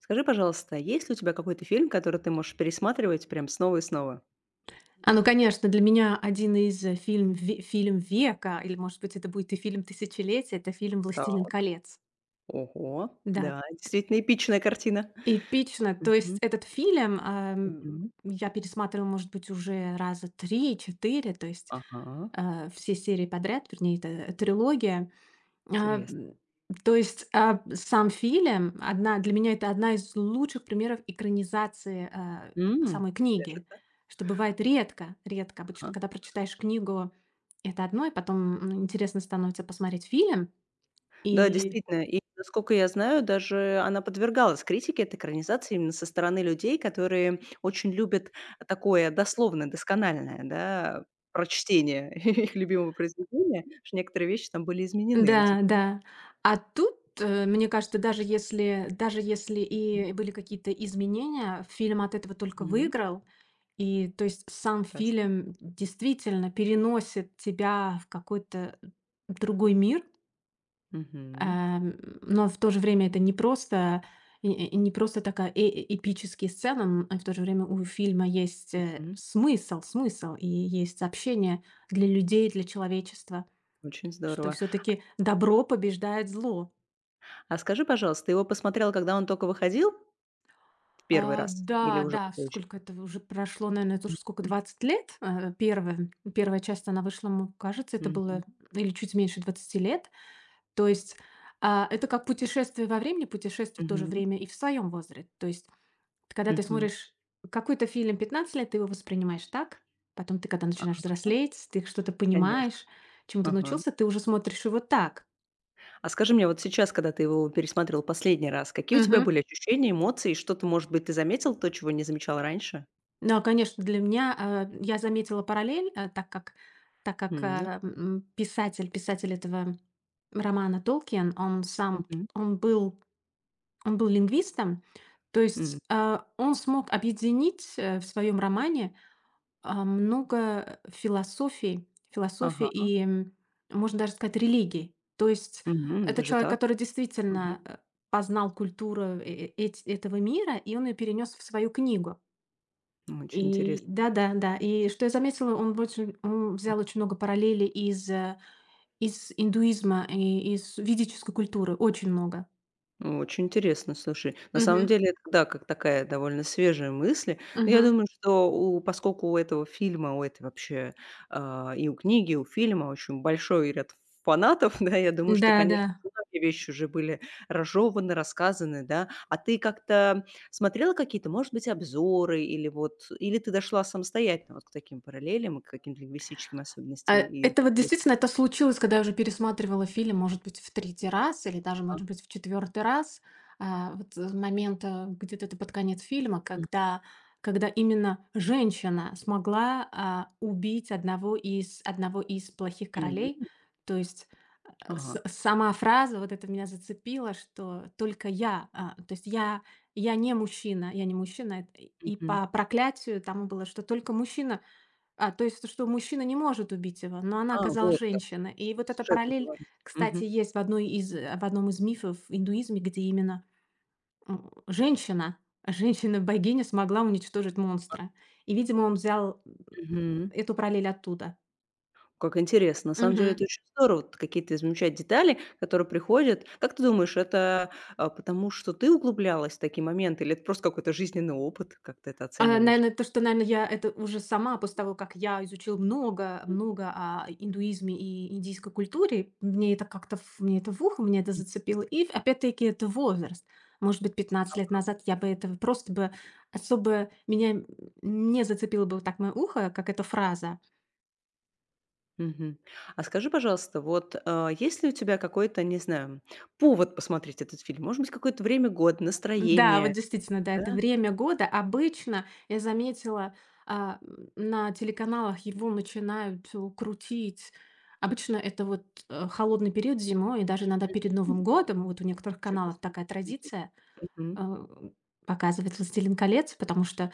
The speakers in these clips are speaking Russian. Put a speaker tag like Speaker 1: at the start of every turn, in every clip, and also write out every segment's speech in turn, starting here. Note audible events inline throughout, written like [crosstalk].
Speaker 1: Скажи, пожалуйста, есть ли у тебя какой-то фильм, который ты можешь пересматривать прям снова и снова?
Speaker 2: А, ну, конечно, для меня один фильм века, или, может быть, это будет и фильм тысячелетия — это фильм «Властелин
Speaker 1: Так,
Speaker 2: колец».
Speaker 1: ого,
Speaker 2: Да,
Speaker 1: да, действительно эпичная картина.
Speaker 2: эпично. То есть
Speaker 1: Мгм,
Speaker 2: этот фильм,
Speaker 1: мгм.
Speaker 2: я пересматривала, может быть, уже раза три-четыре, то есть,
Speaker 1: Ага,
Speaker 2: все серии подряд, вернее, это трилогия. А,
Speaker 1: интересно.
Speaker 2: м, то есть, сам фильм одна для меня это одна из лучших примеров экранизации,
Speaker 1: М,
Speaker 2: самой
Speaker 1: Даже
Speaker 2: книги,
Speaker 1: так?
Speaker 2: что бывает редко. Обычно,
Speaker 1: Ага.
Speaker 2: когда прочитаешь книгу, это одно, и потом, интересно становится посмотреть фильм.
Speaker 1: Да,
Speaker 2: И
Speaker 1: действительно. И, насколько я знаю, даже она подвергалась критике, эта экранизация, именно со стороны людей, которые очень любят такое дословное, доскональное, да, прочтение [laughs] их любимого произведения, что некоторые вещи там были изменены. У тебя
Speaker 2: да, да. А тут, мне кажется, даже если и были какие-то изменения, фильм от этого только
Speaker 1: мгм.
Speaker 2: выиграл. И то есть сам
Speaker 1: Прекрасно.
Speaker 2: фильм действительно переносит тебя в какой-то другой мир,
Speaker 1: Мгм.
Speaker 2: но в то же время это не просто и не просто такая эпические сцена, а в то же время у фильма есть,
Speaker 1: М,
Speaker 2: смысл и есть сообщение для людей, для человечества,
Speaker 1: очень
Speaker 2: что
Speaker 1: здорово.
Speaker 2: все таки добро побеждает зло.
Speaker 1: А скажи, пожалуйста, ты его посмотрел, когда он только выходил в 1-й
Speaker 2: А,
Speaker 1: раз или
Speaker 2: да,
Speaker 1: уже
Speaker 2: да,
Speaker 1: попозже?
Speaker 2: сколько это уже прошло, наверное, тоже сколько,
Speaker 1: Мгм.
Speaker 2: 20 лет. Первая часть, она вышла, кажется, это
Speaker 1: Мгм.
Speaker 2: было или чуть меньше 20 лет. То есть это как путешествие во времени, путешествие в то же
Speaker 1: Мгм.
Speaker 2: время и в своем возрасте. То есть когда ты
Speaker 1: Мгм.
Speaker 2: смотришь какой-то фильм 15 лет, ты его воспринимаешь так, потом ты, когда начинаешь
Speaker 1: А,
Speaker 2: взрослеть, ты что-то
Speaker 1: конечно.
Speaker 2: понимаешь, чему-то
Speaker 1: Ага.
Speaker 2: научился, ты уже смотришь его так.
Speaker 1: А скажи мне, вот сейчас, когда ты его пересмотрел последний раз, какие у тебя были ощущения, эмоции? Что-то, может быть, ты заметил то, чего не замечал раньше?
Speaker 2: Да, конечно, для меня, я заметила параллель, так как
Speaker 1: Да?
Speaker 2: писатель этого романа Толкиен,
Speaker 1: Мгм.
Speaker 2: он был он был лингвистом. То есть,
Speaker 1: М.
Speaker 2: он смог объединить, в своем романе, много философий философии
Speaker 1: Ага.
Speaker 2: и, можно даже сказать, религий. То есть
Speaker 1: Мгм.
Speaker 2: это
Speaker 1: Даже
Speaker 2: человек,
Speaker 1: так?
Speaker 2: который действительно,
Speaker 1: Мгм.
Speaker 2: познал культуру э э эти этого мира, и он ее перенес в свою книгу.
Speaker 1: Очень
Speaker 2: И
Speaker 1: интересно.
Speaker 2: да-да-да. И что я заметила, он взял очень много параллелей из индуизма и из ведической культуры. Очень много.
Speaker 1: Ну, очень интересно, слушай. На самом
Speaker 2: Мгм.
Speaker 1: деле, это, да, как такая довольно свежая мысль. Но я
Speaker 2: Мгм.
Speaker 1: думаю, что у поскольку у этого фильма, у этой вообще, и у книги, и у фильма очень большой ряд фанатов, [laughs] да, я думаю, что,
Speaker 2: Да-да.
Speaker 1: конечно, многие вещи уже были разжеваны, рассказаны, да. А ты как-то смотрела какие-то, может быть, обзоры или вот или ты дошла самостоятельно вот к таким параллелям и к каким-то лингвистическим особенностям и
Speaker 2: Это вот действительно, это случилось, когда я уже пересматривала фильм, может быть, в третий раз или даже, может быть, в четвертый раз. Вот с момента где-то это под конец фильма,
Speaker 1: мгм.
Speaker 2: когда именно женщина смогла, убить одного из плохих королей. То есть
Speaker 1: Ага.
Speaker 2: С сама фраза, вот это меня зацепила, что только я, а, то есть я не мужчина, я не мужчина, эт и
Speaker 1: Мгм.
Speaker 2: по проклятию тому было, что только мужчина, то есть что мужчина не может убить его, но она
Speaker 1: А,
Speaker 2: оказалась
Speaker 1: вот
Speaker 2: женщина. И вот эта
Speaker 1: сюжетный
Speaker 2: параллель,
Speaker 1: поворот.
Speaker 2: кстати,
Speaker 1: Мгм.
Speaker 2: есть в одном из мифов в индуизме, где именно, м, женщина, женщина-богиня смогла уничтожить монстра. И, видимо, он взял,
Speaker 1: Мгм.
Speaker 2: эту параллель оттуда.
Speaker 1: Как интересно. На самом деле это очень здорово. Вот какие-то замечать детали, которые приходят. Как ты думаешь, это, потому что ты углублялась в такие моменты, или это просто какой-то жизненный опыт? Как ты это оцениваешь?
Speaker 2: Наверное, то, что, наверное, я это уже сама, после того, как я изучила много много о индуизме и индийской культуре, мне это в ухо, меня это
Speaker 1: Мгм.
Speaker 2: зацепило. И опять-таки это возраст. Может быть, 15 лет назад я бы этого просто бы особо меня не зацепило бы вот так мое ухо, как эта фраза.
Speaker 1: Мгм. А скажи, пожалуйста, вот, есть ли у тебя какой-то, не знаю, повод посмотреть этот фильм? Может быть, какое-то время года,
Speaker 2: Да, вот
Speaker 1: настроение,
Speaker 2: действительно, да,
Speaker 1: да?
Speaker 2: это время года. Обычно, я заметила, на телеканалах его начинают, крутить. Обычно это вот, холодный период зимой, и даже иногда перед
Speaker 1: М,
Speaker 2: Новым годом, вот у некоторых каналов
Speaker 1: интересно.
Speaker 2: такая традиция,
Speaker 1: Мгм.
Speaker 2: э, показывать «Властелин колец», потому что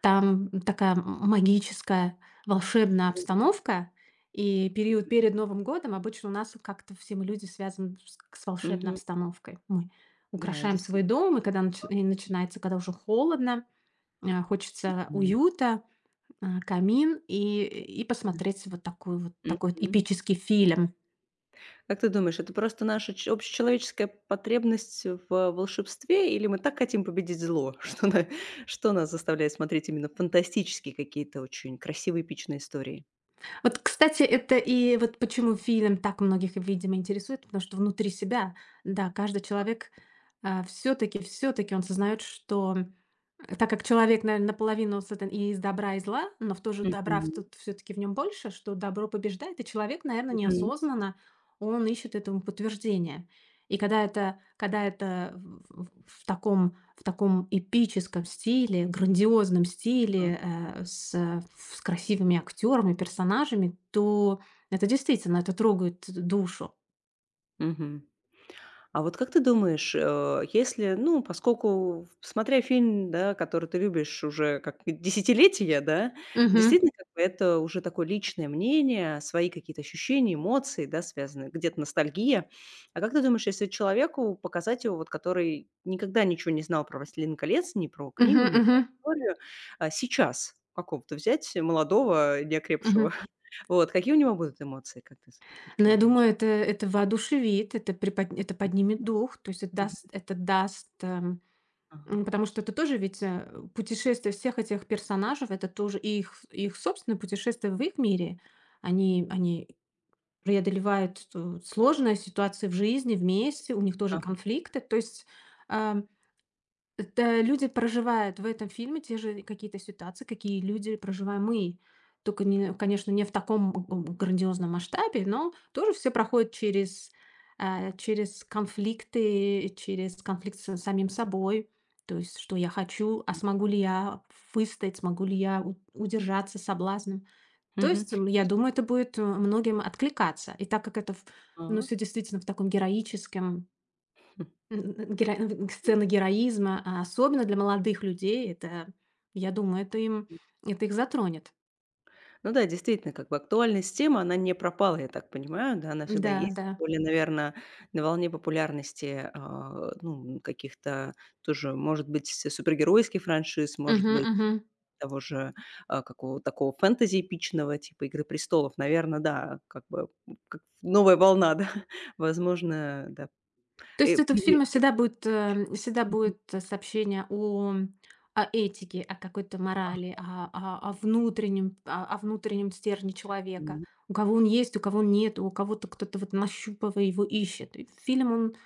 Speaker 2: там такая магическая, волшебная обстановка. И период перед Новым годом обычно у нас вот как-то все мы люди связаны с волшебной
Speaker 1: Мгм.
Speaker 2: обстановкой. Мы
Speaker 1: Да,
Speaker 2: украшаем свой
Speaker 1: действительно.
Speaker 2: дом, и когда начинается, когда уже холодно, хочется уюта, камин и посмотреть вот такой вот
Speaker 1: Мгм.
Speaker 2: эпический фильм.
Speaker 1: Как ты думаешь, это просто наша ч общечеловеческая потребность в волшебстве, или мы так хотим победить зло, [laughs] что на что нас заставляет смотреть именно фантастические какие-то очень красивые, эпичные истории?
Speaker 2: Вот, кстати, это и вот почему фильм так многих, видимо, интересует, потому что внутри себя, да, каждый человек все-таки он сознает, что так как человек, наверное, наполовину создан и из добра, и зла, но в то же добра
Speaker 1: Мгм,
Speaker 2: все-таки в нем больше, что добро побеждает, и человек, наверное,
Speaker 1: мгм.
Speaker 2: неосознанно он ищет этому подтверждение. И когда это, в таком эпическом стиле, грандиозном
Speaker 1: А,
Speaker 2: стиле, с красивыми актерами, персонажами, то это действительно, это трогает душу.
Speaker 1: мгм. А вот как ты думаешь, если, ну, поскольку, смотря фильм, да, который ты любишь уже как [laughs] и десятилетия, да,
Speaker 2: Мгм.
Speaker 1: действительно, как бы это уже такое личное мнение, свои какие-то ощущения, эмоции, да, связаны, где-то ностальгия. А как ты думаешь, если человеку показать его, вот, который никогда ничего не знал про «Властелин колец», ни про книгу,
Speaker 2: Мгм,
Speaker 1: ни про
Speaker 2: мгм,
Speaker 1: историю, а сейчас какого-то взять молодого, неокрепшего,
Speaker 2: мгм.
Speaker 1: [laughs] вот, какие у него будут эмоции, как ты с-
Speaker 2: Но я
Speaker 1: предполагаешь?
Speaker 2: думаю, это воодушевит, это, это поднимет дух, то есть это
Speaker 1: Мгм.
Speaker 2: даст,
Speaker 1: Ага.
Speaker 2: потому что это тоже ведь путешествие всех этих персонажей, это тоже их, собственное путешествие в их мире. Они, преодолевают ту сложные ситуации в жизни вместе, у них тоже
Speaker 1: Ага.
Speaker 2: конфликты. То есть, ам, это люди проживают в этом фильме те же какие-то ситуации, какие люди проживаем мы. Только не конечно, не в таком г грандиозном масштабе, но тоже все проходят через конфликты, через конфликт с самим собой. То есть, что я хочу, а смогу ли я выстоять, смогу ли я у удержаться соблазном. То
Speaker 1: Мгм.
Speaker 2: есть, я думаю, это будет, многим откликаться. И так как это в ну,
Speaker 1: А.
Speaker 2: все действительно в таком героическом н н геро н
Speaker 1: Мгм.
Speaker 2: сцена героизма, а особенно для молодых людей, это, я думаю, это их затронет.
Speaker 1: Ну да, действительно, как бы актуальность темы, она не пропала, я так понимаю, да, она всегда
Speaker 2: Да,
Speaker 1: есть. Тем
Speaker 2: да.
Speaker 1: более, наверное, на волне популярности, ну, каких-то тоже, может быть, с супергеройских франшиз,
Speaker 2: Мгм,
Speaker 1: может быть,
Speaker 2: мгм.
Speaker 1: того же, какого такого фэнтези эпичного, типа "Игры престолов". Наверное, да, как бы, как новая волна, да, [laughs] возможно, да.
Speaker 2: То есть это в
Speaker 1: Приве
Speaker 2: фильме всегда будет, сообщение о этике, о какой-то морали, о о о внутреннем стержне человека.
Speaker 1: мгм.
Speaker 2: У кого он есть, у кого нет, у кого-то кто-то вот нащупывая его ищет. И фильм, он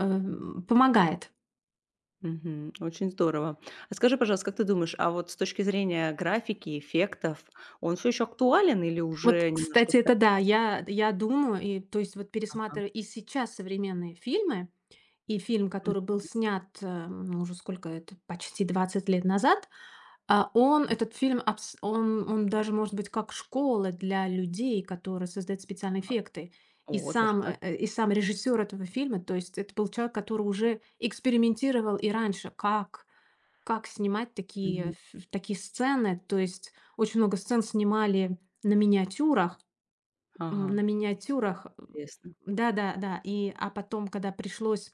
Speaker 2: Помогает.
Speaker 1: Мгм. Очень здорово. А скажи, пожалуйста, как ты думаешь, а вот с точки зрения графики, эффектов, он все еще актуален или
Speaker 2: Вот,
Speaker 1: уже немножко
Speaker 2: кстати,
Speaker 1: ста
Speaker 2: это да, я думаю, и то есть вот
Speaker 1: ага.
Speaker 2: пересматриваю и сейчас современные фильмы, и фильм, который был снят, ну, уже сколько это, почти 20 лет назад, он,
Speaker 1: Мгм.
Speaker 2: этот фильм, абс он даже может быть как школа для людей, которые создают специальные эффекты.
Speaker 1: О, даже так?
Speaker 2: И сам режиссер этого фильма, то есть это был человек, который уже экспериментировал и раньше, как снимать такие,
Speaker 1: Мгм.
Speaker 2: ф такие сцены? То есть очень много сцен снимали на миниатюрах,
Speaker 1: Ага,
Speaker 2: на миниатюрах.
Speaker 1: интересно.
Speaker 2: Да-да-да. И, потом, когда пришлось,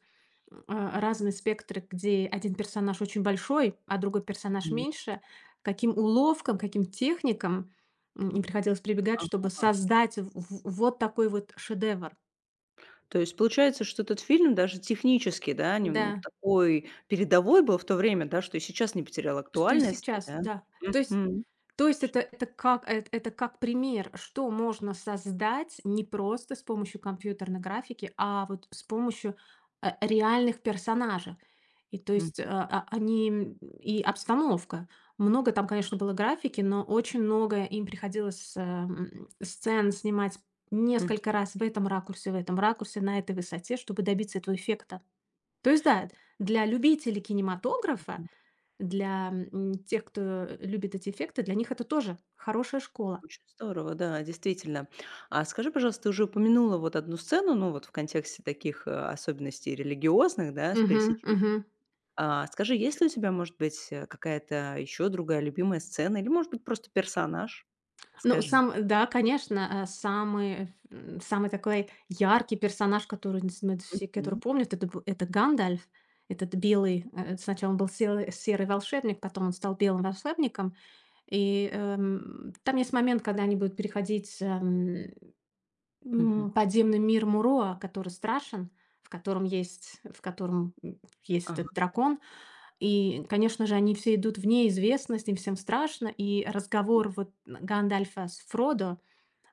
Speaker 2: разные спектры, где один персонаж очень большой, а другой персонаж
Speaker 1: Мгм.
Speaker 2: меньше, каким уловкам, каким техникам, им приходилось прибегать, чтобы
Speaker 1: Ага.
Speaker 2: создать в вот такой вот шедевр.
Speaker 1: То есть получается, что этот фильм даже технически, да, нем
Speaker 2: Да.
Speaker 1: такой передовой был в то время, да, что и сейчас не потерял
Speaker 2: Что и
Speaker 1: актуальности,
Speaker 2: сейчас,
Speaker 1: да?
Speaker 2: да. То есть
Speaker 1: Мгм.
Speaker 2: то есть
Speaker 1: Очень интересно.
Speaker 2: это как пример, что можно создать не просто с помощью компьютерной графики, а вот с помощью, реальных персонажей. И то есть,
Speaker 1: Мгм.
Speaker 2: они, и обстановка. Много там, конечно, было графики, но очень много им приходилось, сцен снимать
Speaker 1: Мгм.
Speaker 2: несколько раз в этом ракурсе, на этой высоте, чтобы добиться этого эффекта. То есть да, для любителей кинематографа для, тех, кто любит эти эффекты, для них это тоже хорошая школа.
Speaker 1: Очень здорово, да, действительно. А скажи, пожалуйста, ты уже упомянула вот одну сцену, ну, вот в контексте таких, особенностей религиозных, да, с
Speaker 2: Мгм,
Speaker 1: пересечением.
Speaker 2: мгм.
Speaker 1: А скажи, есть ли у тебя, может быть, какая-то еще другая любимая сцена или, может быть, просто персонаж?
Speaker 2: Ну,
Speaker 1: Расскажи.
Speaker 2: сам да, конечно, самый такой яркий персонаж, который не знаю, все который
Speaker 1: М.
Speaker 2: помнят, это Гандальф, этот белый, сначала он был серый волшебник, потом он стал белым волшебником. И, там есть момент, когда они будут переходить,
Speaker 1: Мгм.
Speaker 2: подземный мир Муроа, который страшен, в котором, есть
Speaker 1: Ага.
Speaker 2: этот дракон. И, конечно же, они все идут в неизвестность, им всем страшно. И разговор вот Гандальфа с Фродо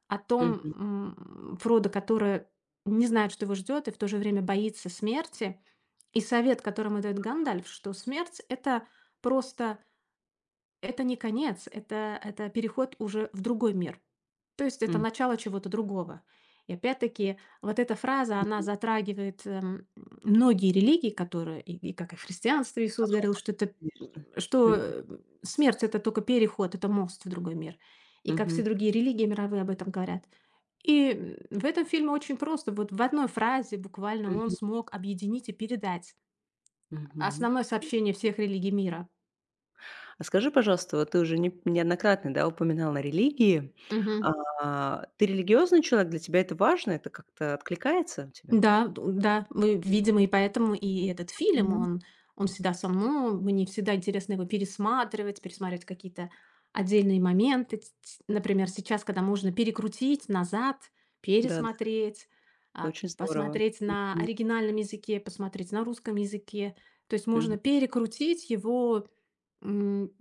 Speaker 2: о том,
Speaker 1: Мгм.
Speaker 2: Фродо, который не знает, что его ждет, и в то же время боится смерти. И совет, который ему дает Гандальф, что смерть — это просто. Это не конец, это, переход уже в другой мир. То есть это
Speaker 1: М.
Speaker 2: начало чего-то другого. И опять-таки вот эта фраза, она
Speaker 1: Мгм.
Speaker 2: затрагивает, многие религии, и как и в христианстве Иисус говорил, что это, м,
Speaker 1: Конечно.
Speaker 2: что,
Speaker 1: Мгм.
Speaker 2: э, смерть — это только переход, это мост в другой мир. И как все
Speaker 1: Мгм.
Speaker 2: другие религии мировые об этом говорят. И, в этом фильме очень просто, вот в одной фразе буквально он
Speaker 1: Мгм.
Speaker 2: смог объединить и передать
Speaker 1: Мгм.
Speaker 2: основное сообщение всех религий мира.
Speaker 1: А скажи, пожалуйста, вот ты уже не неоднократно, да, упоминала религии.
Speaker 2: Мгм.
Speaker 1: А, ты религиозный человек? Для тебя это важно? Это как-то откликается у тебя?
Speaker 2: Да, д да, мы, видимо, и поэтому и этот фильм,
Speaker 1: Мгм.
Speaker 2: он всегда со мной, мне всегда интересно его пересматривать, пересматривать какие-то отдельные моменты. Ть ть Например, сейчас, когда можно перекрутить назад,
Speaker 1: Да-да,
Speaker 2: пересмотреть,
Speaker 1: это очень здорово.
Speaker 2: посмотреть на оригинальном языке, посмотреть на русском языке. То есть можно
Speaker 1: Мгм.
Speaker 2: перекрутить его, м,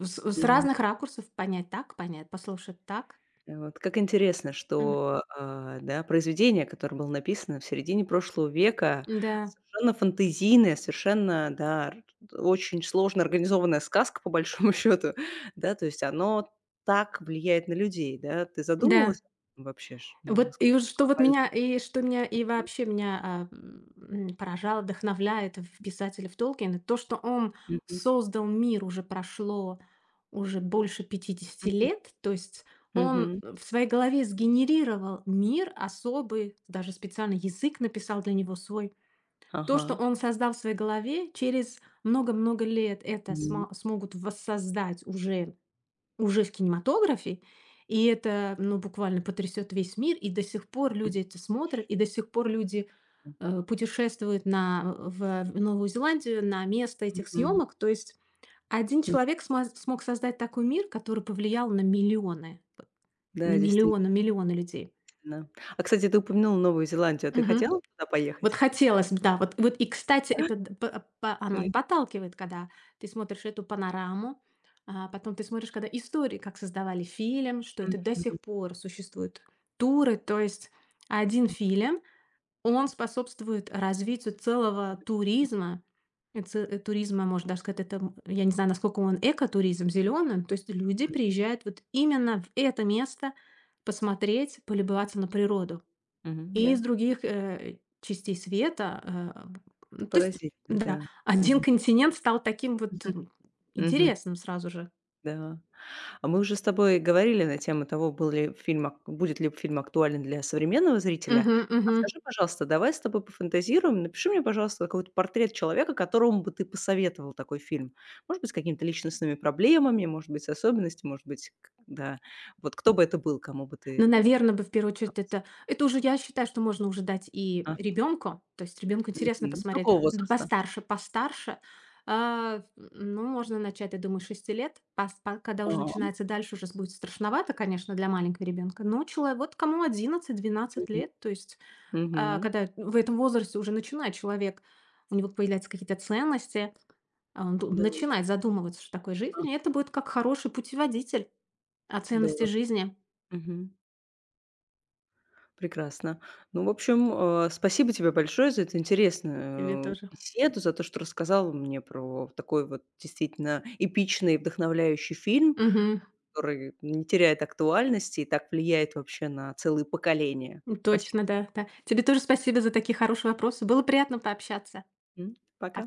Speaker 2: с
Speaker 1: Мгм.
Speaker 2: разных ракурсов, понять так, понять, послушать так.
Speaker 1: Вот как интересно,
Speaker 2: Мгм.
Speaker 1: что, да, произведение, которое было написано в середине прошлого века,
Speaker 2: Да,
Speaker 1: совершенно фантазийное, совершенно, да, р очень сложно организованная сказка, по большому [laughs] счету, да, то есть оно так влияет на людей, да. Ты
Speaker 2: да.
Speaker 1: задумывалась об этом вообще ж, ну,
Speaker 2: Вот
Speaker 1: насколько
Speaker 2: и вот
Speaker 1: это
Speaker 2: что вот
Speaker 1: глобально?
Speaker 2: меня и что меня и вообще меня, поражало, вдохновляет в писателе в Толкине, то, что он
Speaker 1: Мгм.
Speaker 2: создал мир, уже прошло уже больше пятидесяти
Speaker 1: Мгм.
Speaker 2: лет. То есть он
Speaker 1: Мгм.
Speaker 2: в своей голове сгенерировал мир особый, даже специально язык написал для него свой. То,
Speaker 1: Ага.
Speaker 2: что он создал в своей голове, через много-много лет это
Speaker 1: М.
Speaker 2: смогут воссоздать уже в кинематографе. И это, ну, буквально потрясет весь мир. И до сих пор люди это смотрят, и до сих пор люди,
Speaker 1: Мгм.
Speaker 2: путешествуют на в Новую Зеландию, на место этих
Speaker 1: Мгм.
Speaker 2: съемок. То есть один человек сма смог создать такой мир, который повлиял на миллионы, вот на
Speaker 1: Да,
Speaker 2: миллионы
Speaker 1: действительно.
Speaker 2: миллионы людей.
Speaker 1: А, кстати, ты упомянула Новую Зеландию. А ты хотела туда
Speaker 2: Вот
Speaker 1: поехать?
Speaker 2: хотелось бы, да. Вот и, кстати, это
Speaker 1: [laughs]
Speaker 2: д п па оно и
Speaker 1: М.
Speaker 2: подталкивает, когда ты смотришь эту панораму, а потом ты смотришь, когда истории, как создавали фильм, что это
Speaker 1: Мгм.
Speaker 2: до сих пор существуют туры. То есть один фильм, он способствует развитию целого туризма. И туризма, можно даже сказать, это, я не знаю, насколько он экотуризм, зеленый. То есть люди приезжают вот именно в это место посмотреть, полюбоваться на природу.
Speaker 1: Мгм.
Speaker 2: И из
Speaker 1: Я
Speaker 2: других, частей света, э, в
Speaker 1: это
Speaker 2: то есть,
Speaker 1: поразительно,
Speaker 2: да,
Speaker 1: да.
Speaker 2: [laughs] один
Speaker 1: Мгм.
Speaker 2: континент стал таким вот,
Speaker 1: Мгм. Мгм.
Speaker 2: интересным сразу же.
Speaker 1: Да. А мы уже с тобой говорили на тему того, был ли фильм ак будет ли фильм актуален для современного зрителя.
Speaker 2: Мгм,
Speaker 1: А
Speaker 2: мгм.
Speaker 1: скажи, пожалуйста, давай с тобой пофантазируем. Напиши мне, пожалуйста, какой-то портрет человека, которому бы ты посоветовал такой фильм. Может быть, с какими-то личностными проблемами, может быть, с особенностями, может быть, к да. Вот кто бы это был, кому бы ты
Speaker 2: Но, наверное, бы в первую
Speaker 1: а,
Speaker 2: очередь это уже, я считаю, что можно уже дать и
Speaker 1: а,
Speaker 2: ребенку. То есть ребенку интересно
Speaker 1: мгм.
Speaker 2: посмотреть.
Speaker 1: Какого
Speaker 2: Д
Speaker 1: возраста?
Speaker 2: Постарше постарше, ну, можно начать, я думаю, с 6 лет. Пас па Когда уже
Speaker 1: А,
Speaker 2: начинается дальше, уже будет страшновато, конечно, для маленького ребенка. Но человек, вот кому одиннадцать-двенадцать
Speaker 1: мгм.
Speaker 2: лет, то есть
Speaker 1: Мгм.
Speaker 2: когда в этом возрасте уже начинает человек, у него появляются какие-то ценности, он
Speaker 1: Да, есть.
Speaker 2: начинает задумываться, что такое
Speaker 1: А,
Speaker 2: жизнь, и это будет как хороший путеводитель о ценности
Speaker 1: здорово.
Speaker 2: жизни.
Speaker 1: Прекрасно. Ну, в общем, спасибо тебе большое за эту
Speaker 2: Тебе
Speaker 1: интересную
Speaker 2: тоже.
Speaker 1: беседу, за то, что рассказал мне про такой вот действительно эпичный и вдохновляющий фильм,
Speaker 2: Мгм.
Speaker 1: который не теряет актуальности и так влияет вообще на целые поколения. Спасибо
Speaker 2: Точно, да, да. Тебе тоже спасибо за такие хорошие вопросы. Было приятно пообщаться.
Speaker 1: тебе.
Speaker 2: Пока.
Speaker 1: Пока.